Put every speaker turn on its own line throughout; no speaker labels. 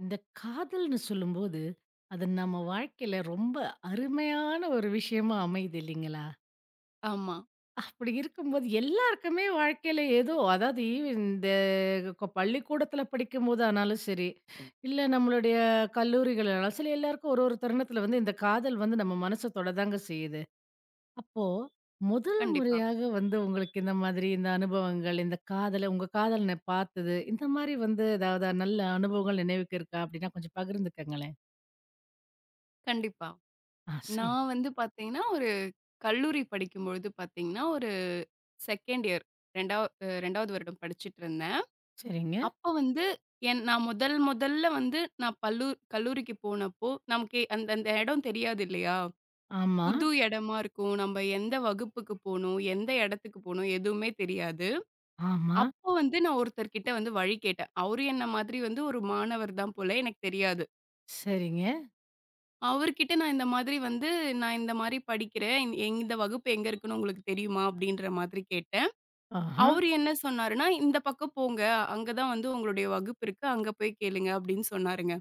இந்த காதல்ன்னு சொல்லும்போது, அது நம்ம வாழ்க்கையில ரொம்ப அருமையான ஒரு விஷயமா அமையுது இல்லைங்களா?
ஆமா.
அப்படி இருக்கும்போது எல்லாருக்குமே வாழ்க்கையில ஏதோ அதாவது ஈவ் இந்த க பள்ளிக்கூடத்தில படிக்கும்போது ஆனாலும் சரி, இல்ல நம்மளுடைய கல்லூரிகள் ஆனாலும் சரி, எல்லாருக்கும் ஒரு ஒரு தருணத்தில வந்து இந்த காதல் வந்து நம்ம மனச தொடதாங்க செய்யுது. அப்போ முதல்
கண்டிப்பா,
முறையாக வந்து உங்களுக்கு இந்த மாதிரி இந்த அனுபவங்கள், இந்த காதல உங்க காதலன பார்த்தது, இந்த மாரி வந்து ஏதாவது நல்ல அனுபவங்கள் நினைவுக்கு இருக்கா? அப்படின்னா கொஞ்சம் பகிர்ந்துக்கங்களேன்.
கண்டிப்பா.
ஆ சொல்லு.
நான் வந்து பார்த்தீங்கன்னா, ஒரு கல்லூரி படிக்கும்பொழுது பார்த்தீங்கன்னா, ஒரு 2ண்ட் இயர் 2ஆ 2வது வருடம் படிச்சுட்டு இருந்தேன்.
சரிங்க.
அப்போ வந்து நான் முதல் முதல்ல வந்து நான் கல்லூரிக்கு போனப்போ, நமக்கு அந்த அந்த இடம் தெரியாது இல்லையா?
ஆமா,
புது இடமா இருக்கும். நம்ம எந்த வகுப்புக்கு போணும்? எந்த இடத்துக்கு போணும்? எதுவுமே தெரியாது.
ஆமா.
அப்போ வந்து நான் ஒருத்தர்கிட்ட வந்து வழி கேட்டேன். அவரும் என்ன மாதிரி வந்து ஒரு மாணவர் தான் போல. எனக்கு தெரியாது.
சரிங்க.
அவர்கிட்ட நான் இந்த மாதிரி வந்து, "நான் இந்த மாதிரி படிக்கிறேன். இந்த வகுப்பு எங்க இருக்குன்னு உங்களுக்கு தெரியுமா?" அப்படீன்ற மாதிரி கேட்டேன்.
ஆஹா.
அவரு என்ன சொன்னாருன்னா, "இந்த பக்கம் போங்க. அங்க தான் வந்து உங்களுடைய வகுப்பு இருக்கு. அங்க போய் கேளுங்க." அப்படீன்னு சொன்னாருங்க.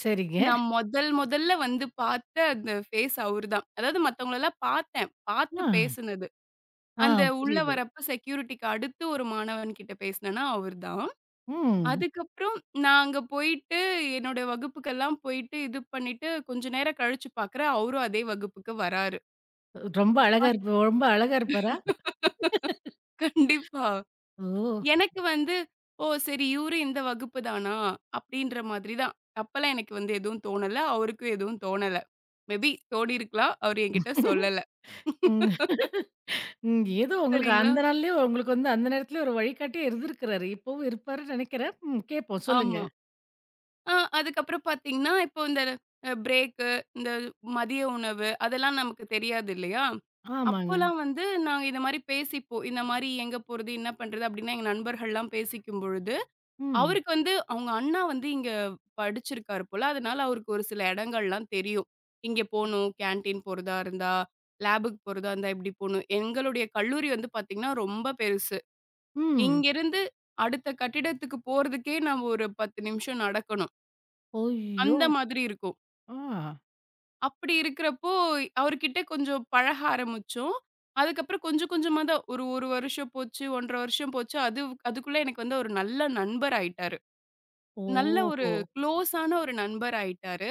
சரிங்க.
நான் முதல் முதல்ல வந்து பார்த்த அந்த ஃபேஸ் அவருதான். அதாவது மத்தவங்களல்லாம் பார்த்தேன். பார்த்து
ஆ.
பேசுனது.
ஆ
அந்த உள்ள
புரியுது.
வரப்ப செக்யூரிட்டிக்கு அடுத்து ஒரு மாணவன் கிட்ட பேசினேன்னா அவர்தான்.
ம்.
அதுக்கப்புறம் நான் அங்க போயிட்டு, என்னோட வகுப்புக்கெல்லாம் போயிட்டு, இது பண்ணிட்டு, கொஞ்ச நேரம் கழிச்சு பார்க்குறேன், அவரும் அதே வகுப்புக்கு வராரு. அது
ரொம்ப அழகா இருப்பாரா?
கண்டிப்பா.
ஓ!
எனக்கு வந்து, "ஓ! சரி இவரும் இந்த வகுப்பு தானா?" அப்படீன்ற மாதிரி தான். அப்பல்லாம் எனக்கு வந்து எதுவும் தோணல. அவருக்கும் எதுவும் தோணல. மேபி தோணியிருக்கலாம். அவரு என்கிட்ட சொல்லல.
ம். ம். ஏதோ உங்களுக்கு
சரிங்களா?
அந்த நாள்லயே உங்களுக்கு வந்து அந்த நேரத்திலயே ஒரு வழிகாட்டியா இருந்திருக்கிறாரு. இப்பவும் இருப்பாருன்னு நினைக்கிறேன். ம். கேட்போம் சொல்லுங்க.
ஆமா. ஆ அதுக்கப்புறம் பார்த்தீங்கன்னா, இப்போ இந்த பிரேக்கு, இந்த மதிய உணவு அதெல்லாம் நமக்கு தெரியாது இல்லையா?
ஆமாங்க.
அப்போலாம் வந்து நாங்க இந்த மாரி பேசிப்போம். இந்த மாரி எங்க போறது? என்ன பண்றது? அப்படின்னு எங்க நண்பர்கள்லாம் பேசிக்கும் பொழுது
ம்.
அவருக்கு வந்து அவங்க அண்ணா வந்து இங்க படிச்சிருக்காரு போல. அதனால அவருக்கு ஒரு சில இடங்கள்லாம் தெரியும். இங்க போணும், கேன்டீன் போறதா இருந்தா, லேபுக்கு போறதா இருந்தா இப்படி போணும். எங்களுடைய கல்லூரி வந்து பார்த்தீங்கன்னா, ரொம்ப பெருசு.
ம்.
இங்கிருந்து அடுத்த கட்டிடத்துக்கு போறதுக்கே நம்ம ஒரு 10 நிமிஷம் நடக்கணும்.
ஐயோ!
அந்த மாதிரி இருக்கும்.
ஆ.
அப்படி இருக்கிறப்போ, அவர்கிட்ட கொஞ்சம் பழக ஆரம்பிச்சோம். அதுக்கப்புறம் கொஞ்சம் கொஞ்சமா தான் ஒரு 1 வருஷம் போச்சு, 1 1/2 வருஷம் போச்சு. அதுக்குள்ள எனக்கு வந்து ஒரு நல்ல நண்பர் ஆயிட்டாரு. நல்ல ஒரு
ஓஹோ!
க்ளோஸான ஒரு நண்பர் ஆயிட்டாரு.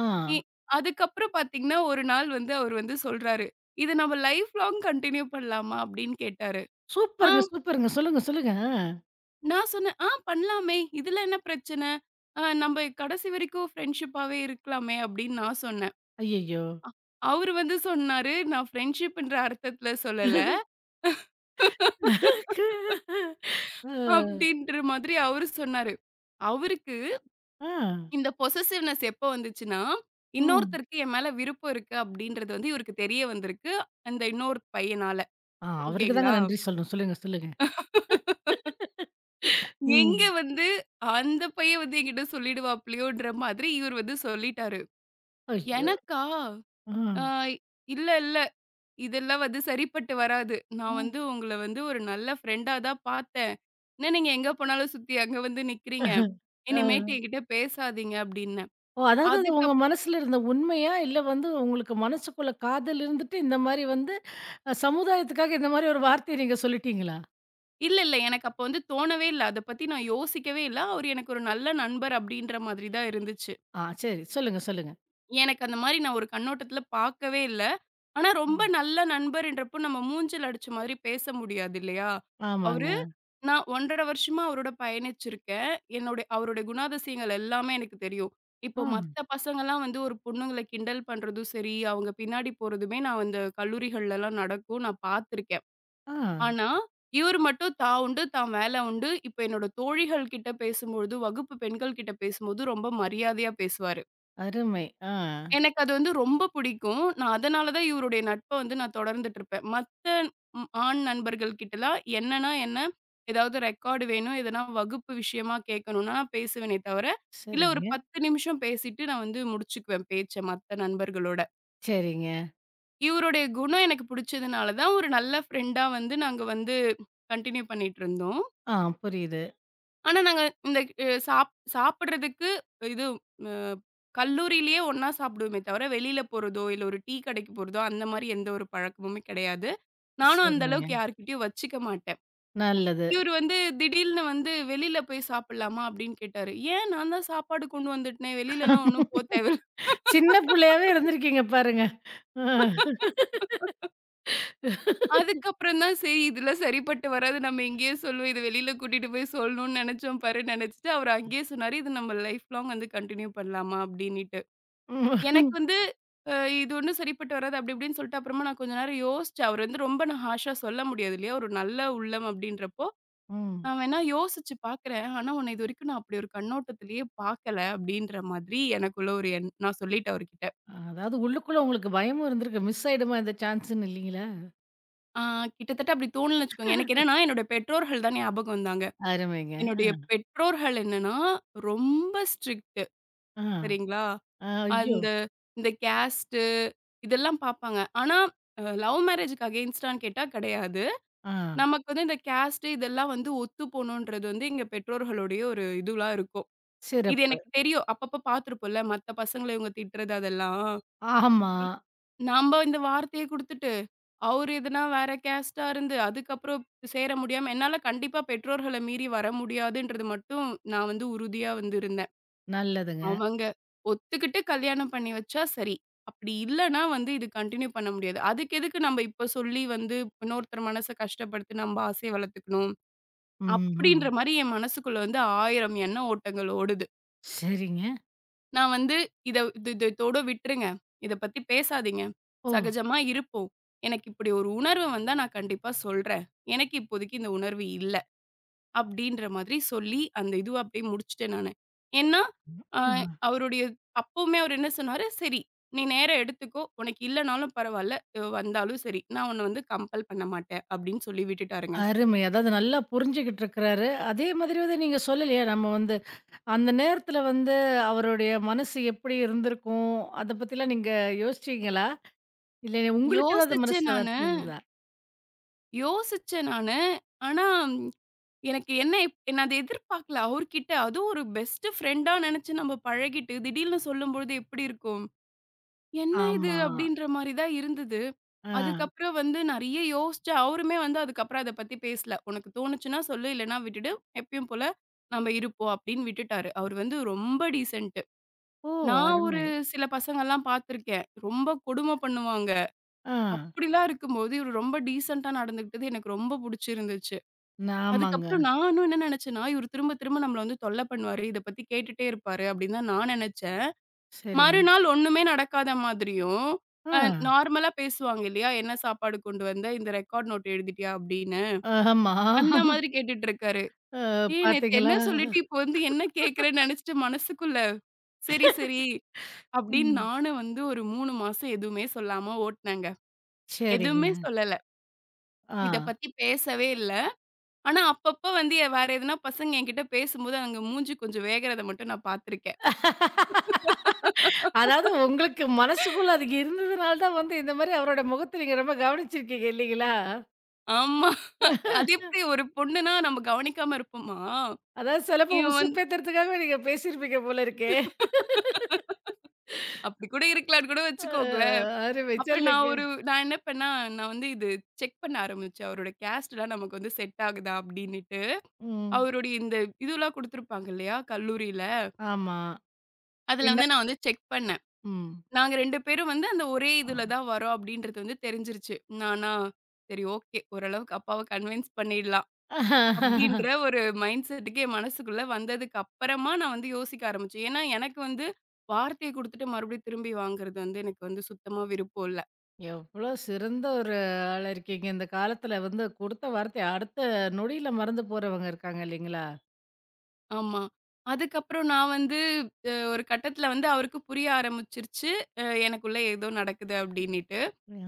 ஆ.
இ அதுக்கப்புறம் பார்த்தீங்கன்னா, ஒரு நாள் வந்து அவரு வந்து சொல்றாரு, "இத நம்ம லைஃப் லாங் கன்டின்யூ பண்ணலாமா?" அப்படின்னு கேட்டாரு. ஆ
சூப்பருங்க, சூப்பருங்க. சொல்லுங்க, சொல்லுங்க. ஆ.
நான் சொன்னேன், "ஆ பண்ணலாமே! இதுல என்ன பிரச்சனை? நம்ப கடைசி வரைக்கும் ஃப்ரெண்ட்ஷிப்பாவே இருக்கலாமே!" அப்படின்னு நான் சொன்னேன்.
ஐயய்யோ!
அவரு வந்து சொன்னாரு, "நான் ஃப்ரெண்ட்ஷிப்ன்ற அர்த்தத்துல சொல்லல."
அ,
அப்படின்ற மாதிரி அவரு சொன்னாரு. அவருக்கு
ஆ.
இந்த பொசெசிவ்னெஸ் எப்போ வந்துச்சுன்னா,
ம்.
இன்னொருத்தருக்கு என் மேல விருப்பம் இருக்கு அப்படின்றது வந்து இவருக்கு தெரிய வந்திருக்கு. அந்த இன்னொரு பையனால.
ஆ அவருக்கு தாங்க
ஓகேங்களா?
நன்றி சொல்லணும். சொல்லுங்க, சொல்லுங்க.
எங்க
ம்.
வந்து அந்த பையன் வந்து என்கிட்ட சொல்லிடுவாப்லயோன்ற மாதிரி இவர் வந்து சொல்லிட்டாரு.
ஐயோ!
எனக்கா?
ஆ.
ஆ இல்ல, இல்ல. இதெல்லாம் வந்து சரிப்பட்டு வராது. நான்
ம்.
வந்து உங்கள வந்து ஒரு நல்ல ஃப்ரெண்டா தான் பார்த்தேன். என்ன நீங்க எங்க போனாலும் சுத்தி அங்க வந்து நிக்கிறீங்க.
ஆ.
இனிமேட்டு என்கிட்ட பேசாதீங்க அப்டின்னேன்.
ஓ! அதாவது அது உங்க மனசுல இருந்த உண்மையா? இல்ல வந்து உங்களுக்கு மனசுக்குள்ள காதல் இருந்துட்டு, இந்த மாரி வந்து சமுதாயத்துக்காக இந்த மாரி ஒரு வார்த்தைய நீங்க சொல்லிட்டீங்களா?
இல்ல, இல்ல. எனக்கு அப்ப வந்து தோணவே இல்ல. அத பத்தி நான் யோசிக்கவே இல்ல. அவரு எனக்கு ஒரு நல்ல நண்பர் அப்டின்ற மாதிரி தான் இருந்துச்சு.
ஆ சரி. சொல்லுங்க, சொல்லுங்க.
எனக்கு அந்த மாரி நான் ஒரு கண்ணோட்டத்துல பாக்கவே இல்ல. ஆனா ரொம்ப
ம்.
நல்ல நண்பர்ன்றப்போ நம்ம மூஞ்சில அடிச்ச மாதிரி பேச முடியாது இல்லையா? அவரு
ஆமாங்க.
நான் 1 1/2 வருஷமா அவரோட பயணிச்சிருக்கேன். அவருடைய குணாதிசயங்கள் எல்லாமே எனக்கு தெரியும். இப்போ
ஆ,
மத்த பசங்கலாம் வந்து ஒரு பொண்ணுங்கள கிண்டல் பண்றதும் சரி, அவங்க பின்னாடி போறதுமே நான் அந்த கல்லூரிகள்லலாம் நடக்கும். நான் பாத்துருக்கேன்.
ஆ.
ஆனா, இவரு மட்டும் தான் உண்டு, தான் வேல உண்டு. இப்ப என்னோட தோழிகள் கிட்ட பேசும்பொழுது, வகுப்பு பெண்கள் கிட்ட பேசும்போது ரொம்ப மரியாதையா பேசுவாரு.
அருமை. ஆ.
எனக்கு அது வந்து ரொம்ப பிடிக்கும். நான் அதனால தான் இவருடைய நட்ப வந்து நான் தொடர்ந்துட்டுருப்பேன். மத்த ஆண் நண்பர்கள் கிட்டலாம் என்ன, ஏதாவது ரெக்கார்டு வேணும், எதனா வகுப்பு விஷயமா கேட்கணும்னா நான் பேசுவேனே தவிர, இல்ல ஒரு
சரிங்க,
10 நிமிஷம் பேசிட்டு நான் வந்து முடிச்சுக்குவேன் பேச்ச மத்த நண்பர்களோட.
சரிங்க.
இவருடைய குணம் எனக்கு பிடிச்சதுனால தான் ஒரு நல்ல ஃப்ரெண்டா வந்து நாங்க வந்து கன்டின்யூ பண்ணிட்டுருந்தோம்.
ஆ புரியுது.
ஆனா, நாங்க இந்த அ சாப் சாப்பிடுறதுக்கு இது அ கல்லூரியிலேயே ஒண்ணா சாப்பிடுவோமே தவிர, வெளியில போறதோ, இல்ல ஒரு டீ கடைக்கு போறதோ, அந்த மாரி எந்த ஒரு பழக்கமுமே கிடையாது. நானும் அந்த அளவுக்கு
சரிங்க.
யார்கிட்டயும் வச்சுக்க மாட்டேன்.
நல்லது.
இவரு வந்து திடீல்னு வந்து "வெளியில போய் சாப்பிடலாமா?" அப்படின்னு கேட்டாரு. "ஏன் நான் தான் சாப்பாடு கொண்டு வந்துட்டேனே, வெளியிலலாம் ஒண்ணும் தேவையில்ல."
சின்ன பிள்ளையாவே இருந்திருக்கீங்க பாருங்க. ம்.
அதுக்கப்புறம் தான் சரி இதெல்லாம் சரிப்பட்டு வராது. நம்ம இங்கேயே சொல்லுவோம். இத வெளியில கூட்டிட்டு போய் சொல்லணும்னு நெனச்சோம் பாரு, நெனச்சுட்டு அவரு அங்கேயே சொன்னாரு. இது நம்ம லைஃப் லாங் வந்து கன்டின்யூ பண்ணலாமா அப்டின்னுட்டு. எனக்கு வந்து அ இது ஒண்ணும் சரிப்பட்டு வராது அப்டி இப்டின்னு சொல்லிட்டு அப்புறமா நான் கொஞ்ச நேரம் யோசிச்சேன். அவரு வந்து ரொம்ப நான் ஹார்ஷா சொல்ல முடியாது இல்லையா? ஒரு நல்ல உள்ளம் அப்டின்றப்போ,
ம்.
நான் வேணா யோசிச்சு பாக்குறேன். ஆனா உன்ன இதுவரைக்கும் நான் அப்டி ஒரு கண்ணோட்டத்திலேயே பாக்கல அப்டின்ற மாதிரி எனக்குள்ள ஒரு நான் சொல்லிட்டேன் அவர்கிட்ட.
அதாவது உள்ளுக்குள்ள உங்களுக்கு பயமும் இருந்திருக்கு. மிஸ் ஆயிடுமா இந்த சான்ஸ்ன்னு இல்லீங்களா?
ஆ கிட்டத்தட்ட அப்டி தோணும்னு வச்சுக்கோங்க. எனக்கு என்னன்னா என்னோட பெற்றோர்கள் தான் ஞாபகம் வந்தாங்க.
அருமைங்க. அ,
என்னுடைய பெற்றோர்கள் என்னன்னா, ரொம்ப ஸ்ட்ரிக்ட்
அ,
சரிங்களா?
அ, ஐயோ!
அந்த இந்த கேஸ்ட்டு இதெல்லாம் பார்ப்பாங்க. ஆனா, லவ் மேரேஜ்க்கு அகைன்ஸ்டான்னு கேட்டா கிடையாது.
ஆ.
நமக்கு வந்து இந்த கேஸ்ட்டு இதெல்லாம் வந்து ஒத்து போணுன்றது வந்து எங்க பெற்றோர்களுடைய ஒரு இதுவா இருக்கும். இது
சிறப்பு.
எனக்கு தெரியும். அப்பப்ப பார்த்துருப்போம்ல, மத்த பசங்கள இவங்க திட்டுறது அதெல்லாம்.
ஆமா.
இ நம்ப இந்த வார்த்தைய குடுத்துட்டு, அவரு எதுனா வேற கேஸ்ட்டா இருந்து அதுக்கப்புறம் சேர முடியாம என்னால கண்டிப்பா பெற்றோர்கள மீறி வர முடியாதுன்றது மட்டும் நான் வந்து உறுதியா வந்து இருந்தேன்.
நல்லதுங்க.
அவங்க ஒத்துக்கிட்டு கல்யாணம் பண்ணி வச்சா சரி. அப்படி இல்லன்னா வந்து இது கன்டின்யூ பண்ண முடியாது. அதுக்கு எதுக்கு நம்ம இப்ப சொல்லி வந்து இன்னொருத்தர் மனச கஷ்டப்படுத்தி நம்ம ஆசைய வளர்த்துக்கணும்.
ம்,
அப்படின்ற
ம்.
மாரி என் மனசுக்குள்ள வந்து 1000 எண்ண ஓட்டங்கள் ஓடுது.
சரிங்க.
நான் வந்து இத இது இது இதோட விட்டுருங்க. இத பத்தி பேசாதீங்க.
ஓ!
சகஜமா இருப்போம். எனக்கு இப்படி ஒரு உணர்வு வந்தா நான் கண்டிப்பா சொல்றேன். எனக்கு இப்போதைக்கு இந்த உணர்வு இல்ல. அப்படின்ற மாதிரி சொல்லி, அந்த இதுவ அப்படியே முடிச்சுட்டேன் நானு. ஏன்னா, அ
ம்.
அவருடைய அப்பவுமே அவரு என்ன சொன்னாரு, "சரி, நீ நேரம் எடுத்துக்கோ. உனக்கு இல்லனாலும் பரவால்ல. அ வந்தாலும் சரி. நான் உன்ன வந்து கம்பல் பண்ண மாட்டேன்." அப்படின்னு சொல்லி விட்டுட்டாருங்க.
அருமை. அதாவது நல்லா புரிஞ்சுகிட்டு இருக்கிறாரு. அதே மாதிரி வந்து நீங்க சொல்லலையா? நம்ம வந்து அந்த நேரத்துல வந்து அவருடைய மனசு எப்படி இருந்திருக்கும்? அத பத்திலாம் நீங்க யோசிச்சீங்களா? இல்ல உங்களுக்கு ஏதாவது
யோசிச்சேன்
மனசுல
நானு
வருத்தம் இருந்ததா?
யோசிச்சேன் நானு. ஆனா, ம், எனக்கு என்ன நான் அத எதிர்பார்க்கல அவர்கிட்ட. அதுவும் ஒரு பெஸ்ட் ஃப்ரெண்டா நெனச்சு நம்ம பழகிட்டு, திடீல்னு சொல்லும்பொழுது எப்படி இருக்கும்? என்ன இது?
ஆமா.
அப்படின்ற மாரி தான் இருந்தது.
ஆ.
அதுக்கப்புறம் வந்து நெறைய யோசிச்சு அவருமே வந்து அதுக்கப்புறம் அத பத்தி பேசல. "உனக்கு தோணுச்சுன்னா சொல்லு, இல்லன்னா விட்டுடு. எப்பயும் போல நம்ம இருப்போம்." அப்படின்னு விட்டுட்டாரு. அவரு வந்து ரொம்ப டீசென்ட்டு.
ஓ!
நான் ஒரு
அருமை.
சில பசங்கலாம் பார்த்துருக்கேன். ரொம்ப கொடும பண்ணுவாங்க.
ஆ.
அப்படிலாம் இருக்கும்போது, இவரு ரொம்ப டீசென்ட்டா நடந்துக்கிட்டது எனக்கு ரொம்ப புடிச்சிருந்துச்சு.
ஆமாங்க.
அதுக்கப்புறம் நானும் என்ன நெனச்சேன்னா, இவரு திரும்ப திரும்ப நம்மள வந்து தொல்ல பண்ணுவாரு. இத பத்தி கேட்டுட்டே இருப்பாரு அப்படின்னு தான் நான் நெனச்சேன்.
சரிங்க.
மறுநாள் ஒண்ணுமே நடக்காத மாதிரியும்,
ஆ.
அ நார்மலா பேசுவாங்க இல்லையா? "என்ன சாப்பாடு கொண்டு வந்த? இந்த ரெக்கார்ட் நோட் எழுதிட்டியா?" அப்படின்னு.
ஆமா.
அந்த மாதிரி கேட்டுட்டு இருக்காரு.
அ
"ஏய்! நேத்து
பாத்தீங்களா?
என்ன சொல்லிட்டு, இப்போ வந்து என்ன கேட்கிறேன்னு" நெனச்சுட்டு மனசுக்குள்ள, "சரி, சரி" அப்படின்னு
ம்.
நானும் வந்து ஒரு 3 மாசம் எதுவுமே சொல்லாம ஓட்டுனேங்க.
சரிங்க.
எதுவுமே சொல்லல.
ஆ.
இத பத்தி பேசவே இல்ல. ஆனா, அப்பப்ப வந்து வேற எதுனா பசங்க என்கிட்ட பேசும்போது, அவங்க மூஞ்சி கொஞ்சம் வேகறத மட்டும் நான் பாத்துருக்கேன்.
அதாவது உங்களுக்கு மனசுக்குள்ள அது இருந்ததுனால தான் வந்து இந்த மாரி அவரோட முகத்த நீங்க ரொம்ப கவனிச்சிருக்கீங்க இல்லீங்களா?
ஆமா. அது எப்படி ஒரு பொண்ணுன்னா நம்ம கவனிக்காம இருப்போமா?
அதாவது சிலப்போ
இவன்
உசு
வந்து
பேத்துறதுக்காகவே நீங்க பேசியிருப்பீங்க போல இருக்கே.
அப்படி கூட இருக்கலான்னு கூட
அ
வச்சுக்கோங்களேன்.
அருமை.
அப்புறம்
சொல்லுங்க.
நான் என்ன பண்ணேன், நான் வந்து இது செக் பண்ண ஆரம்பிச்சேன். அவரோட கேஸ்ட்லாம் நமக்கு வந்து செட் ஆகுதா அப்படின்னுட்டு.
ம்.
அவருடைய இந்த இதுலாம் குடுத்துருப்பாங்க இல்லையா? கல்லூரியில.
ஆமா.
அதில
என்ன
வந்து நான் வந்து செக் பண்ணேன். நாங்க 2 பேரும் வந்து அந்த ஒரே இதில
ம்.
தான் வரோம் அப்படின்றது வந்து தெரிஞ்சிருச்சு. நானா சரி ஓகே. ஓரளவுக்கு அப்பாவ கன்வின்ஸ் பண்ணிடலாம். அப்டின்ற ஒரு மைண்ட் செட்டுக்கு என் மனசுக்குள்ள வந்ததுக்கு அப்புறமா நான் வந்து யோசிக்க ஆரம்பிச்சேன். ஏன்னா, எனக்கு வந்து வார்த்தைய குடுத்துட்டு மறுபடியும் திரும்பி வாங்குறது வந்து எனக்கு வந்து சுத்தமா விருப்பம் இல்ல.
எவ்வளோ சிறந்த ஒரு ஆளா இருக்கீங்க. இந்த காலத்துல வந்து குடுத்த வார்த்தைய அடுத்த நொடியில மறந்து போறவங்க இருக்காங்க இல்லைங்களா?
ஆமா. அதுக்கப்புறம் நான் வந்து ஒரு கட்டத்துல வந்து அவருக்கு புரிய ஆரம்பிச்சுருச்சு. எனக்குள்ள ஏதோ நடக்குது அப்டின்னிட்டு.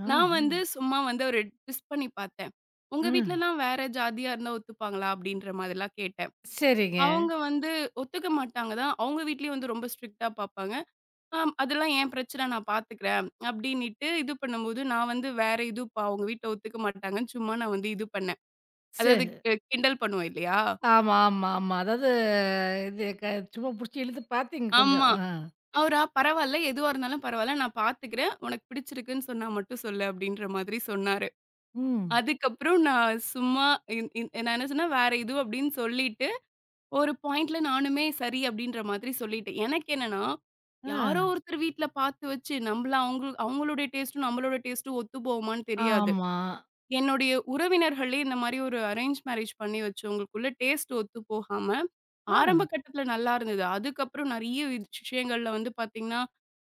ஆ,
நான் வந்து சும்மா வந்து ஒரு ட்விஸ்ட் பண்ணி பார்த்தேன். "உங்க
ஆ.
வீட்லலாம் வேற ஜாதியா இருந்தா ஒத்துப்பாங்களா?" அப்டின்ற மாதிரிலாம் கேட்டேன்.
சரிங்க.
அவங்க வந்து ஒத்துக்க மாட்டாங்க தான். அவங்க வீட்லயும் வந்து ரொம்ப ஸ்ட்ரிக்ட்டா பார்ப்பாங்க. ஆம். அதெல்லாம் என் பிரச்சனை நான் பார்த்துக்கிறேன். அப்டின்னிட்டு இது பண்ணும்போது, நான் வந்து வேற இது அவங்க வீட்ல ஒத்துக்க மாட்டாங்கன்னு சும்மா நான் வந்து இது பண்ணேன். அதாவது
சரி.
கிண்டல் பண்ணுவோம் இல்லையா?
ஆமா, ஆமா, ஆமா. அதாவது இது க சும்மா புடிச்சு இழுத்து பார்த்தீங்க கொஞ்சம்.
ஆமா.
ஆ.
அவரா "பரவால்ல. எதுவா இருந்தாலும் பரவால்ல. நான் பார்த்துக்கிறேன். உனக்கு பிடிச்சிருக்குன்னு சொன்னா மட்டும் சொல்லு" அப்டின்ற மாதிரி சொன்னாரு.
ம்.
அதுக்கப்புறம் நான் சும்மா இந் இந் நான் என்ன சொன்னேன், "வேற இது" அப்டின்னு சொல்லிட்டு, ஒரு பாயிண்ட்ல நானுமே சரி அப்டின்ற மாதிரி சொல்லிட்டேன். எனக்கு என்னன்னா, யாரோ
ஆ.
ஒருத்தர் வீட்ல பார்த்து வச்சு, நம்மள அவங்களுடைய டேஸ்ட்டும், நம்மளோட டேஸ்ட்டும் ஒத்து போகுமான்னு தெரியாது.
ஆமா.
என்னுடைய உறவினர்களே இந்த மாரி ஒரு அரேஞ்ச் மேரேஜ் பண்ணி வச்சவங்களுக்குள்ள டேஸ்ட் ஒத்து போகாம, ஆரம்ப
ஆ.
கட்டத்துல நல்லா இருந்தது. அதுக்கப்புறம் நெறைய விஷயங்கள்ல வந்து பார்த்தீங்கன்னா,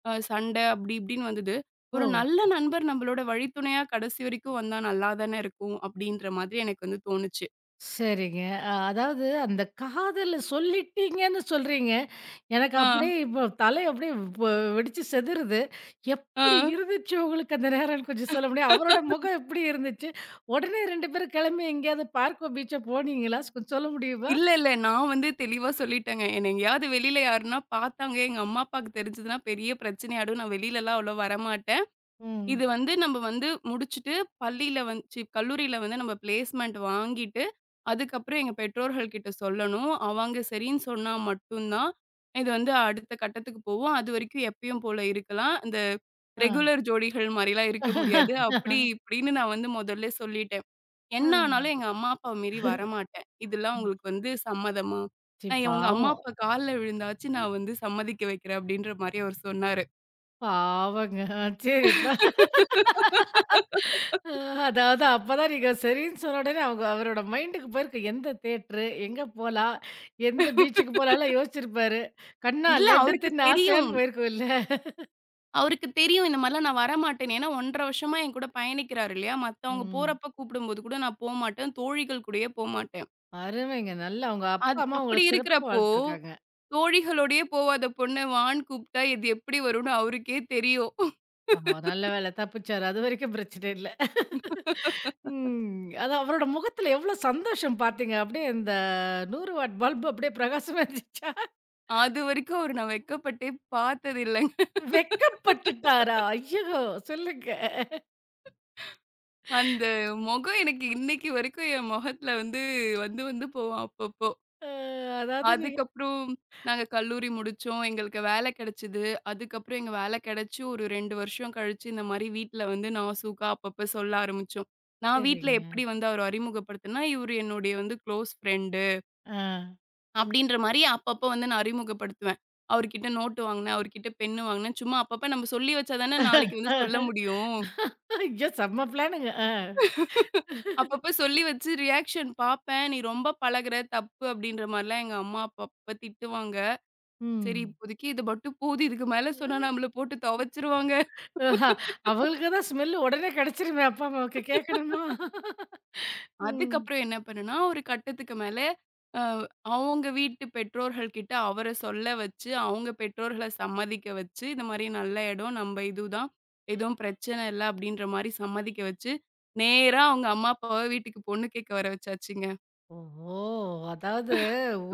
அ சண்ட அப்படி இப்படின்னு வந்தது. ஒரு
ஓ!
நல்ல நண்பர் நம்மளோட வழித்துணையா கடைசி வரைக்கும் வந்தா நல்லா தானே இருக்கும் அப்படின்ற மாதிரி எனக்கு வந்து தோணுச்சு.
சரிங்க. அ அதாவது அந்த காதல சொல்லிட்டீங்கன்னு சொல்றீங்க. எனக்கு
ஆ,
அப்படியே இப்போ தலை அப்படியே வ வெடிச்சு செதறுது.
ஆ.
எப்படி இருந்துச்சு உங்களுக்கு அந்த நேரம்னு கொஞ்சம் சொல்ல முடியும்? அவரோட முகம் எப்படி இருந்துச்சு? உடனே 2 பேரும் கிளம்பி எங்கேயாவது பார்க்கோ, பீச்சோ போனீங்களா? கொஞ்சம் சொல்ல முடியுமா?
இல்ல, இல்ல. நான் வந்து தெளிவா சொல்லிட்டேங்க. என்ன எங்கேயாவது வெளியில யாருன்னா பார்த்தாங்க, எங்க அம்மா, அப்பாவுக்கு தெரிஞ்சதுன்னா பெரிய பிரச்சனையாயிடும். நான் வெளியிலலாம் அவ்வளோ வரமாட்டேன்.
ம்.
இது வந்து நம்ம வந்து முடிச்சுட்டு பள்ளியில வந்து சி கல்லூரியில வந்து நம்ம பிளேஸ்மெண்ட் வாங்கிட்டு, அதுக்கப்புறம் எங்க பெற்றோர்கள்கிட்ட சொல்லணும். அவங்க சரின்னு சொன்னா மட்டும் தான், இது வந்து அடுத்த கட்டத்துக்கு போகும். அதுவரைக்கும் எப்பயும் போல இருக்கலாம். இந்த
ஆ.
ரெகுலர் ஜோடிகள் மாரிலாம் இருக்க முடியாது. அப்படி இப்படின்னு நான் வந்து முதல்ல சொல்லிட்டேன்.
ஆ.
என்ன ஆனாலும் எங்க அம்மா அப்பாவ மீறி வரமாட்டேன். இதெல்லாம்
ம்.
உங்களுக்கு வந்து சம்மதமா? நான் உங்க அம்மா
பாவம்.
அப்பா கால்ல விழுந்தாச்சு நான் வந்து சம்மதிக்க வைக்கிறேன் அப்படின்ற மாரி அவர் சொன்னாரு.
பாவங்க. ஆ, சரி. பா- அ அதாவது அப்பதான் நீங்க சரின்னு சொன்ன உடனே அவங்க அவரோட மைண்டுக்கு போயிருக்கு. எந்த தியேட்டரு? எங்க போலாம்? எந்த பீச்சுக்கு போலாம்லாம் யோசிச்சிருப்பாரு. கண்ணா
இல்ல
லட்டு
அவருக்கு
தின்ன
தெரியும்.
ஆசையான்னு போயிருக்கும் இல்ல?
அவருக்கு தெரியும் இந்த மாரிலாம் நான் வரமாட்டேன்னு. ஏன்னா 1 1/2 வருஷமா என் கூட பயணிக்கிறாரு இல்லையா? மத்தவங்க
ம்.
போறப்ப கூப்பிடும்போது கூட நான் போமாட்டேன். தோழிகள் கூடயே போமாட்டேன்.
அருமைங்க. நல்லா உங்க அப்பா, அம்மா உங்கள
அப்படி
சிறப்பா
இருக்கிறப்போ,
வளர்த்துருக்காங்க.
தோழிகளோடயே போவாத பொண்ண வான்னு கூப்பிட்டா இது எப்படி வரும்னு அவருக்கே தெரியும்.
ஓஹோ! நல்ல வேளை தப்பிச்சாரு. அதுவரைக்கும் பிரச்சனை இல்ல. ம். அது அவரோட முகத்துல எவ்ளோ சந்தோஷம் பார்த்தீங்க. அப்படியே இந்த 100 வாட் பல்ப் அப்படியே பிரகாசமா இருந்துச்சா?
அதுவரைக்கும் அவரு நான் வெட்கப்பட்டே பார்த்ததில்லங்க.
வெட்கப்பட்டுட்டாரா? ஐயோ! சொல்லுங்க.
அந்த முகம் எனக்கு இன்னைக்கு வரைக்கும் என் முகத்துல வந்து வந்து வந்து போகும் அப்பப்போ.
அ அதாவது நீங்க
அதுக்கப்புறம் நாங்க கல்லூரி முடிச்சோம். எங்களுக்கு வேலை கிடைச்சது. அதுக்கப்புறம் எங்க வேலை கிடைச்சு ஒரு 2 வருஷம் கழிச்சு இந்த மாரி வீட்ல வந்து நாசூக்கா அப்பப்ப சொல்ல ஆரம்பிச்சோம். நான் வீட்ல
சரிங்க.
எப்படி வந்து அவர அறிமுகப்படுத்துனேன்னா, இவரு என்னுடைய வந்து க்ளோஸ் ஃப்ரெண்டு
ஆ.
அப்படின்ற மாரி அப்பப்ப வந்து நான் அறிமுகப்படுத்துவேன். அவர்கிட்ட நோட்டு வாங்குனேன், அவர்கிட்ட பென்னு வாங்குனேன். சும்மா அப்பப்ப நம்ம சொல்லி வச்சா தானே நாளைக்கு வந்து சொல்ல முடியும்.
ஐயோ! செம்ம பிளானுங்க. ஆ.
அப்பப்ப சொல்லி வச்சு ரியாக்ஷன் பார்ப்பேன். "நீ ரொம்ப பழகுற, தப்பு" அப்படின்ற மாரிலாம் எங்க அம்மா அப்பப்ப திட்டுவாங்க. சரி,
ம்.
இப்போதைக்கு இது மட்டும் போதும். இதுக்கு மேல
அ.
சொன்னா நம்மள போட்டு துவைச்சுருவாங்க.
ஆஹா! அவங்களுக்கு தான் ஸ்மெல் உடனே கிடைச்சிருமே அப்பா, அம்மாவுக்கு கேட்கணுமா? ம்.
அதுக்கப்புறம் என்ன பண்ணேன்னா, ஒரு கட்டத்துக்கு மேல அ அவங்க வீட்டு பெற்றோர்கள் கிட்ட அவர சொல்ல வச்சு, அவங்க பெற்றோர்கள சம்மதிக்க வச்சு, இந்த மாரி நல்ல இடம் நம்ம இதுதான். எதுவும் பிரச்சனை இல்ல அப்படின்ற மாரி சம்மதிக்க வச்சு, நேரா அவங்க அம்மா, அப்பாவ வீட்டுக்கு பொண்ணு கேட்க வர வச்சாச்சுங்க.
ஓஹோ! அதாவது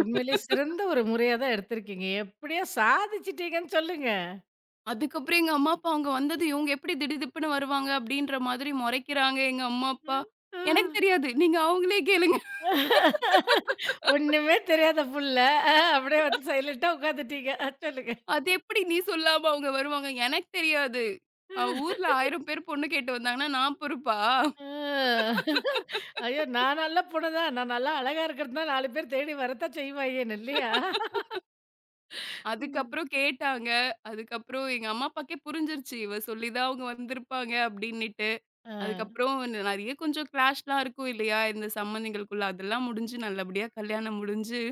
உண்மையிலேயே சிறந்த ஒரு முறையா தான் எடுத்திருக்கீங்க. எப்படியோ சாதிச்சிட்டீங்கன்னு சொல்லுங்க.
அதுக்கப்புறம் எங்க அம்மா, அப்பா அங்க வந்தது இவங்க எப்படி திடுதிப்புன்னு வருவாங்க அப்படின்ற மாதிரி முறைக்கிறாங்க எங்க அம்மா,
அ,
அப்பா.
ஆ.
எனக்கு தெரியாது. நீங்க அவங்களே கேளுங்க.
ஒண்ணுமே தெரியாத புள்ள. அ அப்படியே வந்து சைலன்ட்டா உட்காந்துட்டீங்க. அ சொல்லுங்க.
அது எப்படி நீ சொல்லாம அவங்க வருவாங்க? எனக்கு தெரியாது. அ ஊர்ல 1000 பேர் பொண்ணு கேட்டு வந்தாங்கன்னா, நான் பொறுப்பா?
ஆ. ஐயோ! நான் நல்ல பொண்ணு தான். நான் நல்லா அழகா இருக்கிறது தான் 4 பேர் தேடி வரத்தான் செய்வாங்க என்ன இல்லையா? ம்.
அதுக்கப்புறம் கேட்டாங்க. அதுக்கப்புறம் எங்க அம்மா, அப்பாக்கே புரிஞ்சிருச்சு. இவ சொல்லி தான் அவங்க வந்திருப்பாங்க அப்படின்னுட்டு.
ஆ.
அதுக்கப்புறம் நெறைய கொஞ்சம் கிளாஷ்லாம் இருக்கும் இல்லையா? இந்த சம்பந்தங்களுக்குள்ள. அதெல்லாம் முடிஞ்சு நல்லபடியா கல்யாணம் முடிஞ்சு,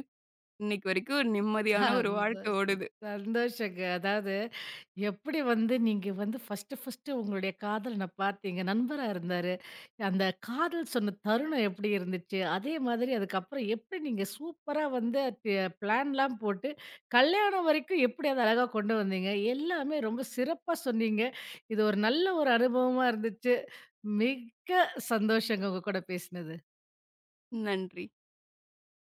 இன்னைக்கு வரைக்கும் ஒரு நிம்மதியான ஒரு வாழ்க்கை
சந்தோஷம்,
ஓடுது.
சந்தோஷங்க. அதாவது எப்படி வந்து நீங்க வந்து ஃபர்ஸ்ட்டு, ஃபர்ஸ்ட்டு உங்களுடைய காதலன பார்த்தீங்க. நண்பரா இருந்தாரு. அந்த காதல் சொன்ன தருணம் எப்படி இருந்துச்சு? அதே மாதிரி அதுக்கப்புறம் எப்படி நீங்க சூப்பரா வந்து பிளான்லாம் போட்டு, கல்யாணம் வரைக்கும் எப்படி அத அழகா கொண்டு வந்தீங்க? எல்லாமே ரொம்ப சிறப்பா சொன்னீங்க. இது ஒரு நல்ல ஒரு அனுபவமா இருந்துச்சு. மிக்க சந்தோஷங்க உங்க கூட பேசினது.
நன்றி.